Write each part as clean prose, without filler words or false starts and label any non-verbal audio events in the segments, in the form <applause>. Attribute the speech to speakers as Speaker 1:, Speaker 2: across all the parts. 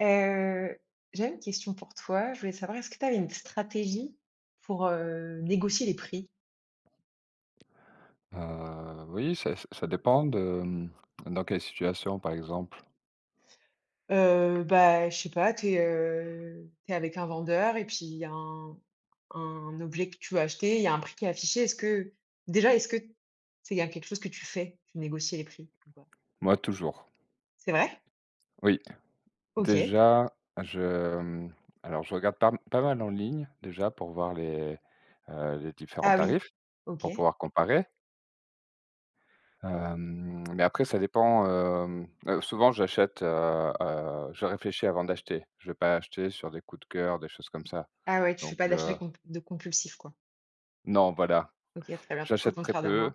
Speaker 1: Heu, J'avais une question pour toi. Je voulais savoir, est-ce que tu avais une stratégie pour, négocier les prix?
Speaker 2: Oui, ça dépend de, mmh, dans quelle situation, par exemple?
Speaker 1: Bah, je sais pas, avec un vendeur et puis il y a un objet que tu veux acheter, il y a un prix qui est affiché. Est-ce que c'est y a quelque chose que tu fais? Tu négocies les prix ou pas?
Speaker 2: Moi, toujours.
Speaker 1: C'est vrai?
Speaker 2: Oui,
Speaker 1: OK.
Speaker 2: déjà, je, mmh, alors je regarde pas mal en ligne, déjà, pour voir les différents
Speaker 1: Ah oui.
Speaker 2: tarifs,
Speaker 1: OK.
Speaker 2: pour pouvoir comparer. Mais après ça dépend, souvent je réfléchis avant d'acheter. Je vais pas acheter sur des coups de cœur, des choses comme ça.
Speaker 1: Ah ouais, tu fais
Speaker 2: Donc,
Speaker 1: pas d'achat comp de compulsif, quoi.
Speaker 2: non, voilà,
Speaker 1: OK, très bien. Tout le
Speaker 2: j'achète très
Speaker 1: contraire de
Speaker 2: peu.
Speaker 1: moi.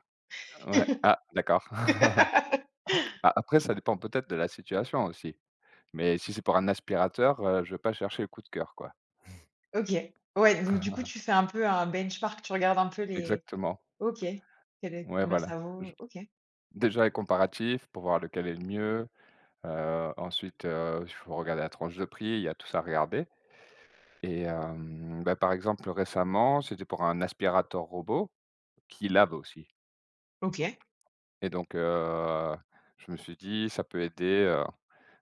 Speaker 2: Ouais. Ah, d'accord. <laughs>
Speaker 1: <laughs>
Speaker 2: Bah, après ça dépend peut-être de la situation aussi. Mais si c'est pour un aspirateur, je vais pas chercher le coup de cœur, quoi.
Speaker 1: OK. Ouais, donc du coup, tu fais un peu un benchmark, tu regardes un peu les
Speaker 2: Exactement.
Speaker 1: OK, quel est
Speaker 2: Ouais,
Speaker 1: combien
Speaker 2: voilà.
Speaker 1: ça
Speaker 2: Je
Speaker 1: vaut? OK,
Speaker 2: Déjà les comparatifs pour voir lequel est le mieux, ensuite, il faut regarder la tranche de prix, il y a tout ça à regarder et bah, par exemple, récemment, c'était pour un aspirateur robot qui lave aussi
Speaker 1: OK.
Speaker 2: et donc je me suis dit: «Ça peut aider,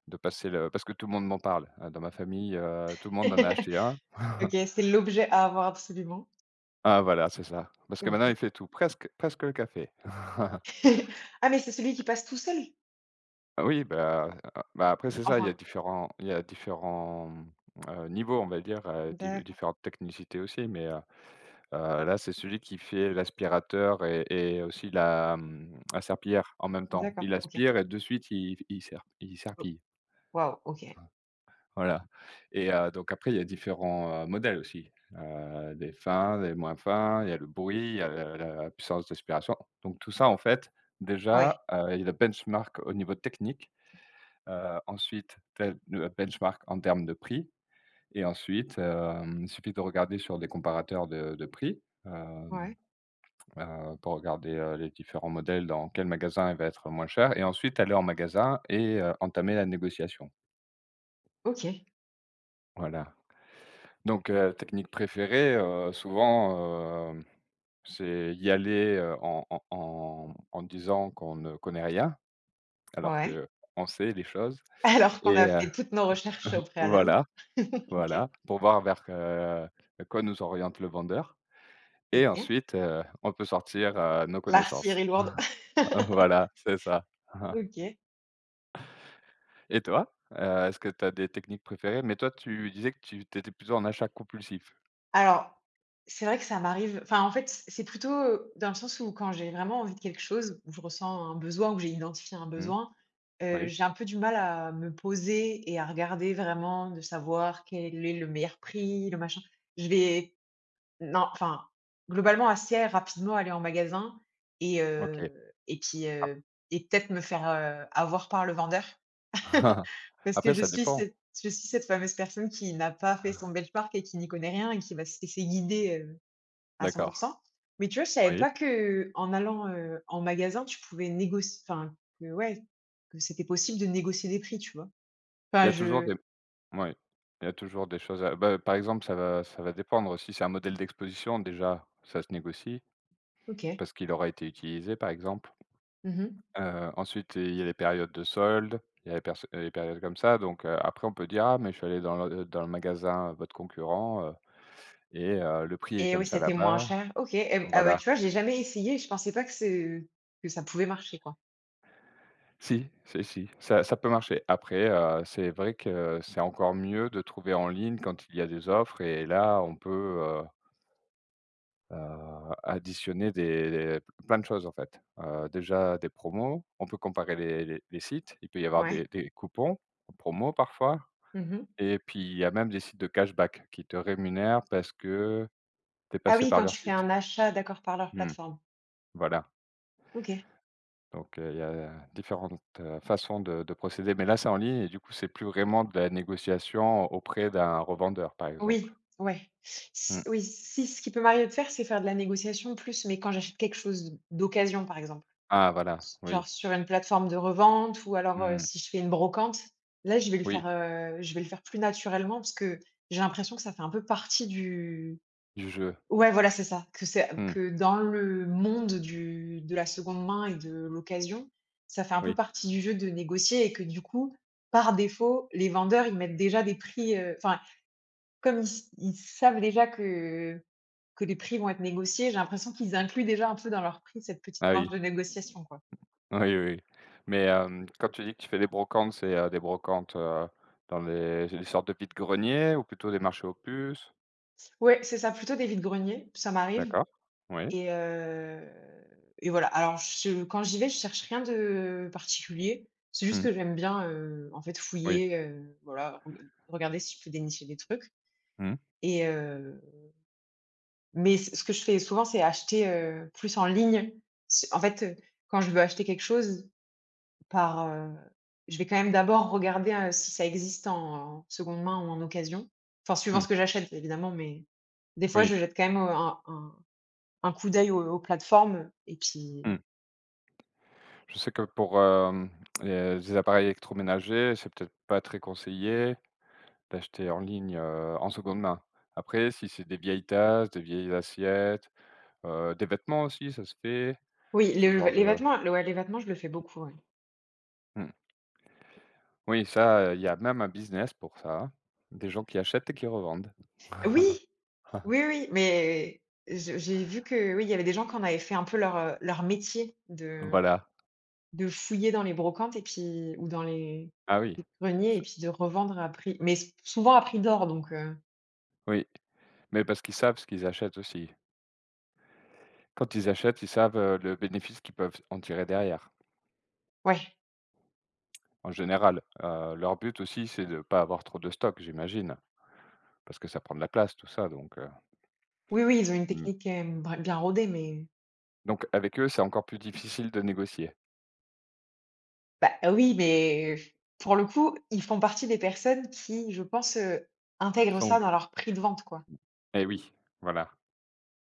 Speaker 2: de passer le» parce que tout le monde m'en parle, dans ma famille, tout le monde en a acheté
Speaker 1: <laughs>
Speaker 2: un.
Speaker 1: OK,
Speaker 2: <laughs>
Speaker 1: c'est l'objet à avoir absolument.
Speaker 2: Ah voilà, c'est ça. Parce que maintenant il
Speaker 1: OK.
Speaker 2: fait tout, presque presque le café. <laughs>
Speaker 1: <laughs> Ah, mais c'est celui qui passe tout seul?
Speaker 2: Ah oui, bah, après c'est ça, il y a
Speaker 1: Enfin,
Speaker 2: différents il y a différents, mmh, niveaux on va dire, di
Speaker 1: d'accord,
Speaker 2: différentes technicités aussi mais, là c'est celui qui fait l'aspirateur et aussi la serpillière en même temps.
Speaker 1: d'accord,
Speaker 2: Il
Speaker 1: OK.
Speaker 2: aspire et de suite il
Speaker 1: O
Speaker 2: serpille,
Speaker 1: waouh, OK.
Speaker 2: voilà et donc après il y a différents, modèles aussi, des fins, des moins fins, il y a le bruit, il y a la puissance d'aspiration. Donc tout ça en fait
Speaker 1: Ouais,
Speaker 2: déjà, il y a le benchmark au niveau technique. Ensuite, tel le benchmark en termes de prix et ensuite, il suffit de regarder sur des comparateurs de prix,
Speaker 1: ouais,
Speaker 2: pour regarder, les différents modèles dans quel magasin il va être moins cher et ensuite aller en magasin et entamer la négociation.
Speaker 1: OK,
Speaker 2: Voilà. Donc technique préférée, souvent, c'est y aller, en disant qu'on ne connaît rien alors
Speaker 1: ouais.
Speaker 2: que on sait les choses
Speaker 1: <laughs> Alors qu'on
Speaker 2: et
Speaker 1: a fait toutes nos recherches au préalable.
Speaker 2: voilà.
Speaker 1: <laughs> OK,
Speaker 2: Voilà, pour voir vers, quoi nous oriente le vendeur et
Speaker 1: OK.
Speaker 2: ensuite, on peut sortir, nos connaissances.
Speaker 1: L'artillerie lourde.
Speaker 2: <laughs>
Speaker 1: <laughs>
Speaker 2: Voilà, c'est ça. <laughs>
Speaker 1: OK.
Speaker 2: Et toi? Est-ce que tu as des techniques préférées? Mais toi, tu disais que tu étais plutôt en achat compulsif?
Speaker 1: Alors, c'est vrai que ça m'arrive enfin, en fait, c'est plutôt, dans le sens où quand j'ai vraiment envie de quelque chose, où je ressens un besoin, où j'ai identifié un
Speaker 2: Mmh,
Speaker 1: besoin,
Speaker 2: oui,
Speaker 1: j'ai un peu du mal à me poser et à regarder vraiment, de savoir quel est le meilleur prix, le machin. Je vais non, enfin, globalement, assez rapidement aller en magasin et
Speaker 2: OK.
Speaker 1: heu et puis, et peut-être me faire, avoir par le vendeur. <laughs>
Speaker 2: <laughs>
Speaker 1: Parce que
Speaker 2: Après
Speaker 1: je
Speaker 2: ça
Speaker 1: suis
Speaker 2: dépend.
Speaker 1: cette je suis cette fameuse personne qui n'a pas fait son benchmark et qui n'y connaît rien et qui va se laisser guider, à 100.
Speaker 2: D'accord,
Speaker 1: Mais tu vois, je savais
Speaker 2: oui.
Speaker 1: pas que en allant, en magasin, tu pouvais négocier. Enfin, que ouais, que c'était possible de négocier des prix, tu vois?
Speaker 2: Il y
Speaker 1: Enfin,
Speaker 2: a toujours
Speaker 1: je
Speaker 2: des Oui, il y a toujours des choses à bah, par exemple, ça va dépendre. Si c'est un modèle d'exposition déjà, ça se négocie
Speaker 1: OK.
Speaker 2: parce qu'il aura été utilisé, par exemple.
Speaker 1: Mmh.
Speaker 2: Ensuite, il y a les périodes de soldes, il y a les périodes comme ça, donc après on peut dire: «Ah mais je suis allé dans le magasin, votre concurrent, et le prix est
Speaker 1: Et oui,
Speaker 2: comme ça
Speaker 1: c'était moins
Speaker 2: là-bas».
Speaker 1: cher. OK. Et ah, bah,
Speaker 2: Voilà.
Speaker 1: tu vois, j'ai jamais essayé. Je pensais pas que ça pouvait marcher, quoi.
Speaker 2: Si, si, si, ça peut marcher. Après, c'est vrai que c'est encore mieux de trouver en ligne quand il y a des offres et là on peut, heu, additionner plein de choses en fait. Déjà des promos, on peut comparer les sites, il peut y avoir
Speaker 1: Ouais.
Speaker 2: des coupons, promos parfois.
Speaker 1: Mmh.
Speaker 2: Et puis, il y a même des sites de cashback qui te rémunèrent parce que tu es
Speaker 1: Ah
Speaker 2: passé
Speaker 1: oui,
Speaker 2: par
Speaker 1: quand tu
Speaker 2: leur
Speaker 1: fais
Speaker 2: site.
Speaker 1: un achat d'accord, par leur
Speaker 2: Mmh,
Speaker 1: plateforme.
Speaker 2: voilà,
Speaker 1: OK.
Speaker 2: donc il y a différentes, façons de procéder, mais là, c'est en ligne et du coup, c'est plus vraiment de la négociation auprès d'un revendeur, par exemple.
Speaker 1: Oui, ouais. S
Speaker 2: Mmh.
Speaker 1: Oui, si ce qui peut m'arriver de faire, c'est faire de la négociation plus, mais quand j'achète quelque chose d'occasion, par exemple,
Speaker 2: Ah voilà,
Speaker 1: s genre
Speaker 2: oui.
Speaker 1: sur une plateforme de revente ou alors,
Speaker 2: Mmh.
Speaker 1: si je fais une brocante, là,
Speaker 2: Oui,
Speaker 1: je vais le faire plus naturellement parce que j'ai l'impression que ça fait un peu partie du
Speaker 2: du jeu.
Speaker 1: ouais, voilà, c'est ça,
Speaker 2: Mmh.
Speaker 1: que dans le monde du de la seconde main et de l'occasion, ça fait un peu
Speaker 2: Oui.
Speaker 1: partie du jeu de négocier et que du coup, par défaut, les vendeurs, ils mettent déjà des prix, comme ils savent déjà que les prix vont être négociés, j'ai l'impression qu'ils incluent déjà un peu dans leur prix cette petite
Speaker 2: Ah
Speaker 1: marge
Speaker 2: oui.
Speaker 1: de
Speaker 2: <laughs>
Speaker 1: négociation, quoi.
Speaker 2: Oui, oui, oui. Mais quand tu dis que tu fais des brocantes, c'est, des brocantes, dans les des sortes de vide-greniers ou plutôt des marchés aux puces?
Speaker 1: Ouais, c'est ça, plutôt des vide-greniers, ça m'arrive
Speaker 2: D'accord. Oui.
Speaker 1: et heu et voilà. Alors je Quand j'y vais, je cherche rien de particulier. C'est juste
Speaker 2: Mmh.
Speaker 1: que j'aime bien, en fait
Speaker 2: Oui.
Speaker 1: fouiller, voilà, regarder si je peux dénicher des trucs
Speaker 2: Mmh.
Speaker 1: et heu mais ce que je fais souvent, c'est acheter, plus en ligne. C en fait, heu, Quand je veux acheter quelque chose Par, heu, je vais quand même d'abord regarder, si ça existe en seconde main ou en occasion. Enfin, suivant ce
Speaker 2: Mmh.
Speaker 1: que j'achète évidemment, mais des fois, je
Speaker 2: Oui,
Speaker 1: jette quand même, un coup d'œil aux plateformes et puis
Speaker 2: mmh. Je sais que pour, les appareils électroménagers, c'est peut-être pas très conseillé d'acheter en ligne, en seconde main. Après, si c'est des vieilles tasses, des vieilles assiettes, des vêtements aussi, ça se fait,
Speaker 1: oui,
Speaker 2: ce genre
Speaker 1: les
Speaker 2: de
Speaker 1: vêtements, ouais, les vêtements, je le fais beaucoup, ouais.
Speaker 2: mmh. Oui, ça, il y a même un business pour ça, hein. Des gens qui achètent et qui revendent.
Speaker 1: Oui! Oui, oui, mais je j'ai vu que oui, il y avait des gens qui en avaient fait un peu leur, leur métier
Speaker 2: Voilà.
Speaker 1: de fouiller dans les brocantes et puis ou dans
Speaker 2: Ah oui.
Speaker 1: les greniers et
Speaker 2: C'est
Speaker 1: puis de revendre à prix mais s souvent à prix d'or donc
Speaker 2: Oui, mais parce qu'ils savent ce qu'ils achètent aussi. Quand ils achètent, ils savent, le bénéfice qu'ils peuvent en tirer derrière.
Speaker 1: ouais.
Speaker 2: En général, leur but aussi, c'est de pas avoir trop de stock, j'imagine? Parce que ça prend de la place tout ça
Speaker 1: Oui, oui, ils ont une
Speaker 2: mmh,
Speaker 1: technique quand même br bien rodée, mais
Speaker 2: donc avec eux, c'est encore plus difficile de négocier?
Speaker 1: bah, ah oui, mais pour le coup, ils font partie des personnes qui, je pense, intègrent
Speaker 2: Sans
Speaker 1: ça dans
Speaker 2: ouvert
Speaker 1: leur prix de vente, quoi.
Speaker 2: Eh oui, voilà.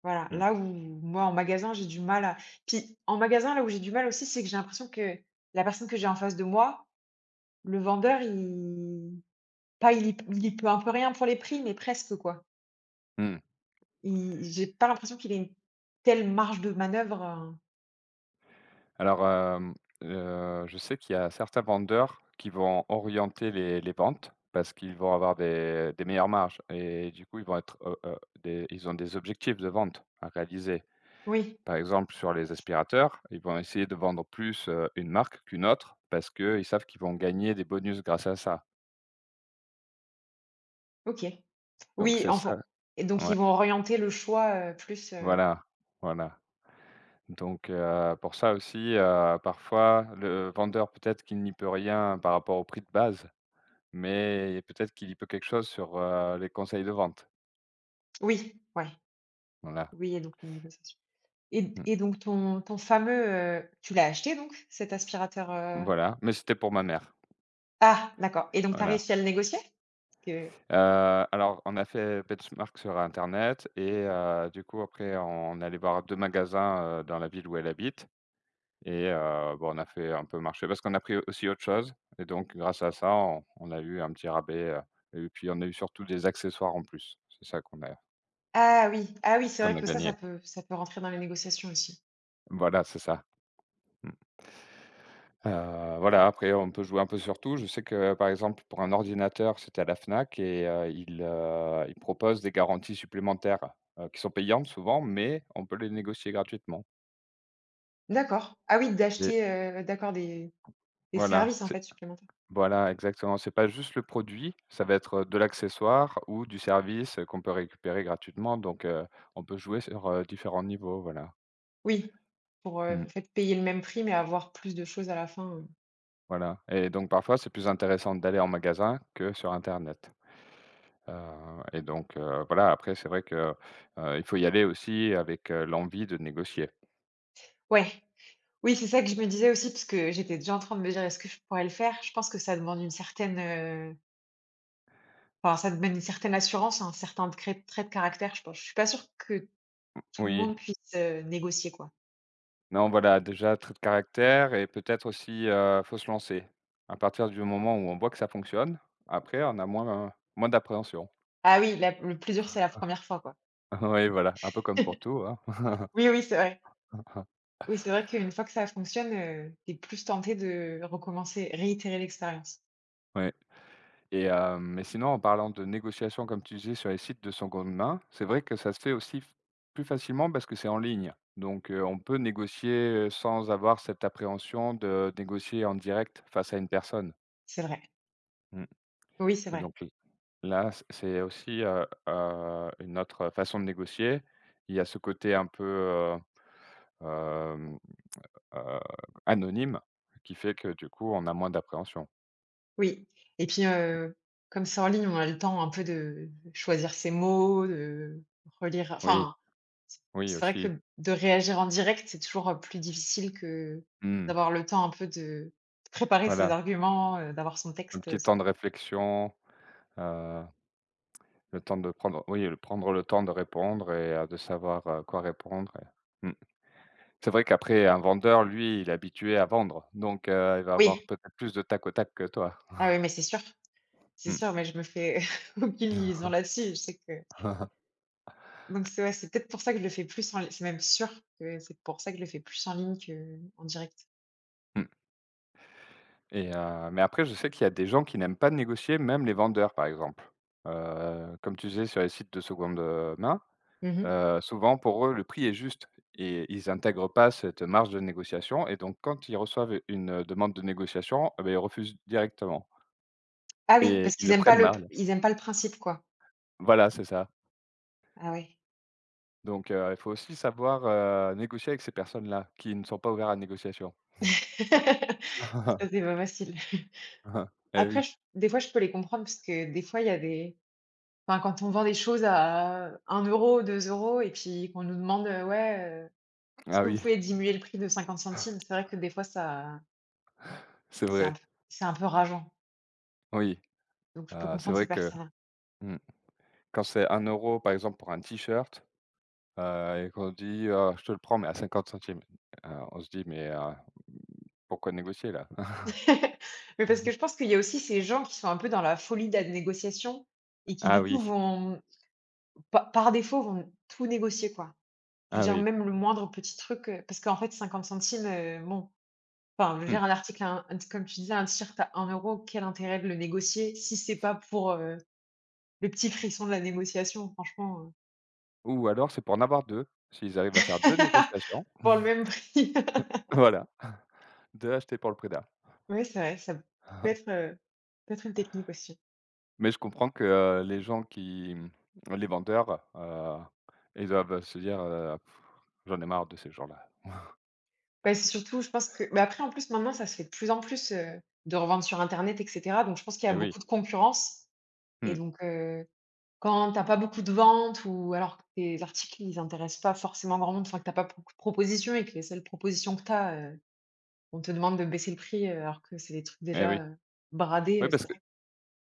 Speaker 1: Voilà,
Speaker 2: Mmh.
Speaker 1: là où moi, en magasin, j'ai du mal à puis en magasin, là où j'ai du mal aussi, c'est que j'ai l'impression que la personne que j'ai en face de moi, le vendeur, il pas il y peut un peu rien pour les prix, mais presque, quoi.
Speaker 2: Mmh.
Speaker 1: Il J'ai pas l'impression qu'il ait une telle marge de manœuvre,
Speaker 2: Alors, je sais qu'il y a certains vendeurs qui vont orienter les ventes parce qu'ils vont avoir des meilleures marges et du coup, ils vont être, des ils ont des objectifs de vente à réaliser.
Speaker 1: oui,
Speaker 2: Par exemple, sur les aspirateurs, ils vont essayer de vendre plus, une marque qu'une autre parce qu'ils savent qu'ils vont gagner des bonus grâce à ça.
Speaker 1: OK.
Speaker 2: Donc
Speaker 1: Oui,
Speaker 2: c'est ça,
Speaker 1: enfin et donc
Speaker 2: ouais,
Speaker 1: ils vont orienter le choix, plus, heu.
Speaker 2: voilà, voilà. Donc pour ça aussi, parfois le vendeur peut-être qu'il n'y peut rien par rapport au prix de base, mais peut-être qu'il y peut quelque chose sur, les conseils de vente.
Speaker 1: Oui, ouais,
Speaker 2: Voilà.
Speaker 1: oui et donc une négociation
Speaker 2: Mmh.
Speaker 1: et donc ton fameux, tu l'as acheté donc cet aspirateur, heu?
Speaker 2: Voilà, mais c'était pour ma mère.
Speaker 1: Ah d'accord et donc tu as
Speaker 2: Voilà.
Speaker 1: réussi à le négocier? Que
Speaker 2: Heu, alors on a fait benchmark sur internet et du coup après on allait voir 2 magasins, dans la ville où elle habite et bon on a fait un peu marcher parce qu'on a pris aussi autre chose et donc grâce à ça on a eu un petit rabais, et puis on a eu surtout des accessoires en plus. C'est ça qu'on a
Speaker 1: ah oui, ah oui, c'est vrai
Speaker 2: qu'on a
Speaker 1: que ça,
Speaker 2: gagné.
Speaker 1: ça peut rentrer dans les négociations aussi.
Speaker 2: Voilà, c'est ça. Mmh. Heu, voilà, après on peut jouer un peu sur tout. Je sais que, par exemple, pour un ordinateur, c'était à la Fnac et ils proposent des garanties supplémentaires, qui sont payantes souvent, mais on peut les négocier gratuitement
Speaker 1: D'accord. Ah oui,
Speaker 2: et
Speaker 1: d'acheter, d'accord des
Speaker 2: voilà,
Speaker 1: services en
Speaker 2: c'est
Speaker 1: fait supplémentaires.
Speaker 2: voilà, exactement. C'est pas juste le produit, ça va être, de l'accessoire ou du service, qu'on peut récupérer gratuitement donc on peut jouer sur, différents niveaux, voilà.
Speaker 1: Oui, pour,
Speaker 2: Mmh,
Speaker 1: en fait payer le même prix mais avoir plus de choses à la fin.
Speaker 2: voilà et donc parfois, c'est plus intéressant d'aller en magasin que sur internet. Et donc voilà, après c'est vrai que, il faut y aller aussi avec, l'envie de négocier.
Speaker 1: Ouais, oui c'est ça que je me disais aussi parce que j'étais déjà en train de me dire: «Est-ce que je pourrais le faire?» Je pense que ça demande une certaine, heu. Enfin, ça te donne une certaine assurance, un certain cré trait de caractère, je pense. Je suis pas sûre que tout le
Speaker 2: Oui.
Speaker 1: monde puisse, négocier, quoi.
Speaker 2: Non, voilà, déjà trait de caractère et peut-être aussi, faut se lancer. À partir du moment où on voit que ça fonctionne, après on a moins d'appréhension.
Speaker 1: Ah oui, la le plus dur, c'est la première fois, quoi.
Speaker 2: <laughs> Oui, voilà, un peu comme pour tout, hein.
Speaker 1: Oui, oui, c'est vrai.
Speaker 2: <laughs>
Speaker 1: Oui, c'est vrai qu'une fois que ça fonctionne, tu plus tenté de recommencer, réitérer l'expérience.
Speaker 2: Ouais. Et sinon, en parlant de négociation, comme tu disais, sur les sites de seconde main, c'est vrai que ça se fait aussi f plus facilement parce que c'est en ligne. Donc on peut négocier, sans avoir cette appréhension de négocier en direct face à une personne.
Speaker 1: C'est vrai.
Speaker 2: Mmh.
Speaker 1: Oui, c'est
Speaker 2: Et
Speaker 1: vrai.
Speaker 2: donc l là, c'est aussi, une autre façon de négocier. Il y a ce côté un peu, hem, heu, anonyme qui fait que du coup, on a moins d'appréhension.
Speaker 1: Oui et puis, comme c'est en ligne, on a le temps un peu de choisir ses mots, de relire
Speaker 2: Oui,
Speaker 1: enfin C
Speaker 2: oui
Speaker 1: c'est vrai
Speaker 2: aussi.
Speaker 1: que de réagir en direct, c'est toujours, plus difficile que
Speaker 2: Mmh.
Speaker 1: d'avoir le temps un peu de préparer ses
Speaker 2: Voilà,
Speaker 1: arguments, d'avoir son
Speaker 2: un
Speaker 1: texte,
Speaker 2: petit temps
Speaker 1: sous
Speaker 2: de réflexion, heu le temps de prendre, oui, le prendre le temps de répondre et de savoir, quoi répondre et mmh. C'est vrai qu'après un vendeur, lui, il est habitué à vendre, donc il va avoir
Speaker 1: oui,
Speaker 2: peut-être plus de tac au tac que toi.
Speaker 1: ah oui, mais c'est
Speaker 2: Mmh.
Speaker 1: sûr, mais je me fais <laughs> aucune illusion là-dessus. Je sais que
Speaker 2: Mmh.
Speaker 1: donc c'est ouais, c'est peut-être pour ça que je le fais plus en li c'est même sûr que c'est pour ça que je le fais plus en ligne que en direct.
Speaker 2: <laughs> Mais après je sais qu'il y a des gens qui n'aiment pas négocier, même les vendeurs, par exemple. Comme tu disais sur les sites de seconde, main,
Speaker 1: Mmh.
Speaker 2: souvent pour eux, le prix est juste et ils intègrent pas cette marge de négociation et donc quand ils reçoivent une, demande de négociation, eh beh, ils refusent directement
Speaker 1: Ah oui,
Speaker 2: et
Speaker 1: parce
Speaker 2: ils
Speaker 1: qu'ils
Speaker 2: le
Speaker 1: aiment pas
Speaker 2: prennent
Speaker 1: le
Speaker 2: mal.
Speaker 1: ils aiment pas le principe, quoi?
Speaker 2: Voilà, c'est ça.
Speaker 1: Ah ouais.
Speaker 2: Donc il faut aussi savoir, négocier avec ces personnes-là, qui ne sont pas ouverts à la négociation.
Speaker 1: <laughs> Ça, c'est
Speaker 2: <laughs>
Speaker 1: pas facile.
Speaker 2: Eh
Speaker 1: Après,
Speaker 2: oui,
Speaker 1: j des fois, je peux les comprendre parce que des fois, il y a des Enfin, quand on vend des choses à un euro, 2 euros, et puis qu'on nous demande, «Ouais, est-ce
Speaker 2: ah
Speaker 1: que vous pouvez diminuer le prix de 50 centimes?» C'est vrai que des fois ça
Speaker 2: c'est
Speaker 1: c'est un
Speaker 2: vrai,
Speaker 1: peu c'est un peu rageant,
Speaker 2: oui,
Speaker 1: donc je peux
Speaker 2: c'est
Speaker 1: comprendre ces
Speaker 2: vrai que,
Speaker 1: personnes.
Speaker 2: mmh, quand c'est un euro, par exemple pour un t-shirt, et qu'on dit: Je te le prends mais à 50 centimes». On se dit: «Mais pourquoi négocier là?» <laughs>
Speaker 1: <laughs> Mais parce que je pense qu'il y a aussi ces gens qui sont un peu dans la folie de la négociation et qui
Speaker 2: Ah
Speaker 1: du coup
Speaker 2: oui,
Speaker 1: vont pa par défaut vont tout négocier, quoi. Je veux
Speaker 2: ah
Speaker 1: dire
Speaker 2: oui,
Speaker 1: même le moindre petit truc, parce qu'en fait 50 centimes, bon, enfin je veux
Speaker 2: mmh.
Speaker 1: dire un article à comme tu disais, un t-shirt à un euro, quel intérêt de le négocier si c'est pas pour, le petit frisson de la négociation, franchement,
Speaker 2: Ou alors c'est pour en avoir 2 s'ils arrivent à faire 2
Speaker 1: <laughs>
Speaker 2: négociations,
Speaker 1: pour le même prix.
Speaker 2: <laughs>
Speaker 1: <laughs>
Speaker 2: voilà, 2 achetés pour le prix d'un.
Speaker 1: Ouais, c'est vrai, ça être, heu, peut être une technique aussi.
Speaker 2: Mais je comprends que, les gens les vendeurs, ils doivent se dire: «J'en ai marre de ces gens-là».
Speaker 1: Bah, c'est surtout, je pense que mais après, en plus, maintenant, ça se fait de plus en plus, de revendre sur internet et cetera, donc je pense qu'il y a
Speaker 2: Eh oui,
Speaker 1: beaucoup de concurrence et
Speaker 2: mmh,
Speaker 1: donc quand t'as pas beaucoup de ventes ou alors que tes articles, ils intéressent pas forcément grand monde, enfin, que t'as pas beaucoup de propositions et que les seules propositions que t'as as, on te demande de baisser le prix, alors que c'est des trucs
Speaker 2: eh
Speaker 1: déjà,
Speaker 2: oui.
Speaker 1: bradés,
Speaker 2: Oui, parce
Speaker 1: c'est
Speaker 2: que
Speaker 1: vrai.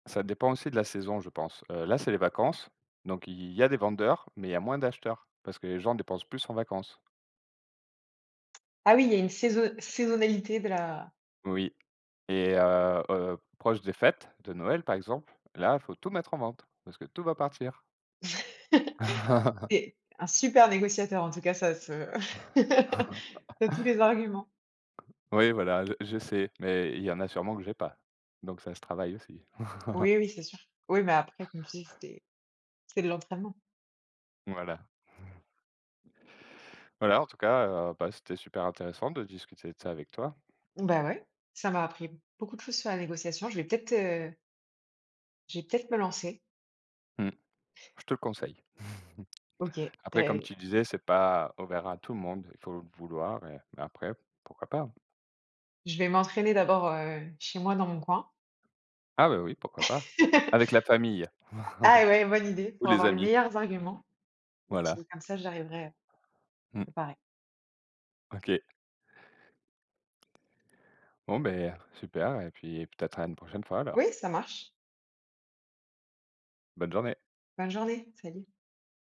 Speaker 2: ça dépend aussi de la saison, je pense. Là, c'est les vacances, donc il y a des vendeurs, mais il y a moins d'acheteurs parce que les gens dépensent plus en vacances.
Speaker 1: Ah oui, il y a une saisonnalité de la
Speaker 2: Oui et proche des fêtes de Noël, par exemple, là, il faut tout mettre en vente parce que tout va partir.
Speaker 1: <laughs>
Speaker 2: <laughs>
Speaker 1: C'est un super négociateur en tout cas ça se <laughs> tu tous les arguments.
Speaker 2: Oui, voilà, je sais, mais il y en a sûrement que j'ai pas, donc ça se travaille aussi. <laughs>
Speaker 1: Oui, oui, c'est sûr. Oui, mais après comme tu dis c'est de l'entraînement.
Speaker 2: Voilà. Voilà, en tout cas, bah, c'était super intéressant de discuter de ça avec toi.
Speaker 1: Bah, ouais, ça m'a appris beaucoup de choses sur la négociation. Je vais peut-être me lancer.
Speaker 2: Mmh, je te le conseille.
Speaker 1: OK,
Speaker 2: <laughs> Après, comme tu disais, c'est pas ouvert à tout le monde, il faut le vouloir mais après, pourquoi pas?
Speaker 1: je vais m'entraîner d'abord, chez moi dans mon coin.
Speaker 2: Ah bah, oui, pourquoi pas? Avec la
Speaker 1: <laughs>
Speaker 2: famille
Speaker 1: Ah ouais, bonne idée
Speaker 2: ou
Speaker 1: pour
Speaker 2: les
Speaker 1: avoir les
Speaker 2: amis,
Speaker 1: meilleurs arguments et
Speaker 2: voilà.
Speaker 1: puis comme ça j'arriverai,
Speaker 2: Mmh,
Speaker 1: préparée.
Speaker 2: OK. Bon, ben super et puis peut-être à une prochaine fois alors.
Speaker 1: Oui, ça marche.
Speaker 2: Bonne journée.
Speaker 1: Bonne journée, salut.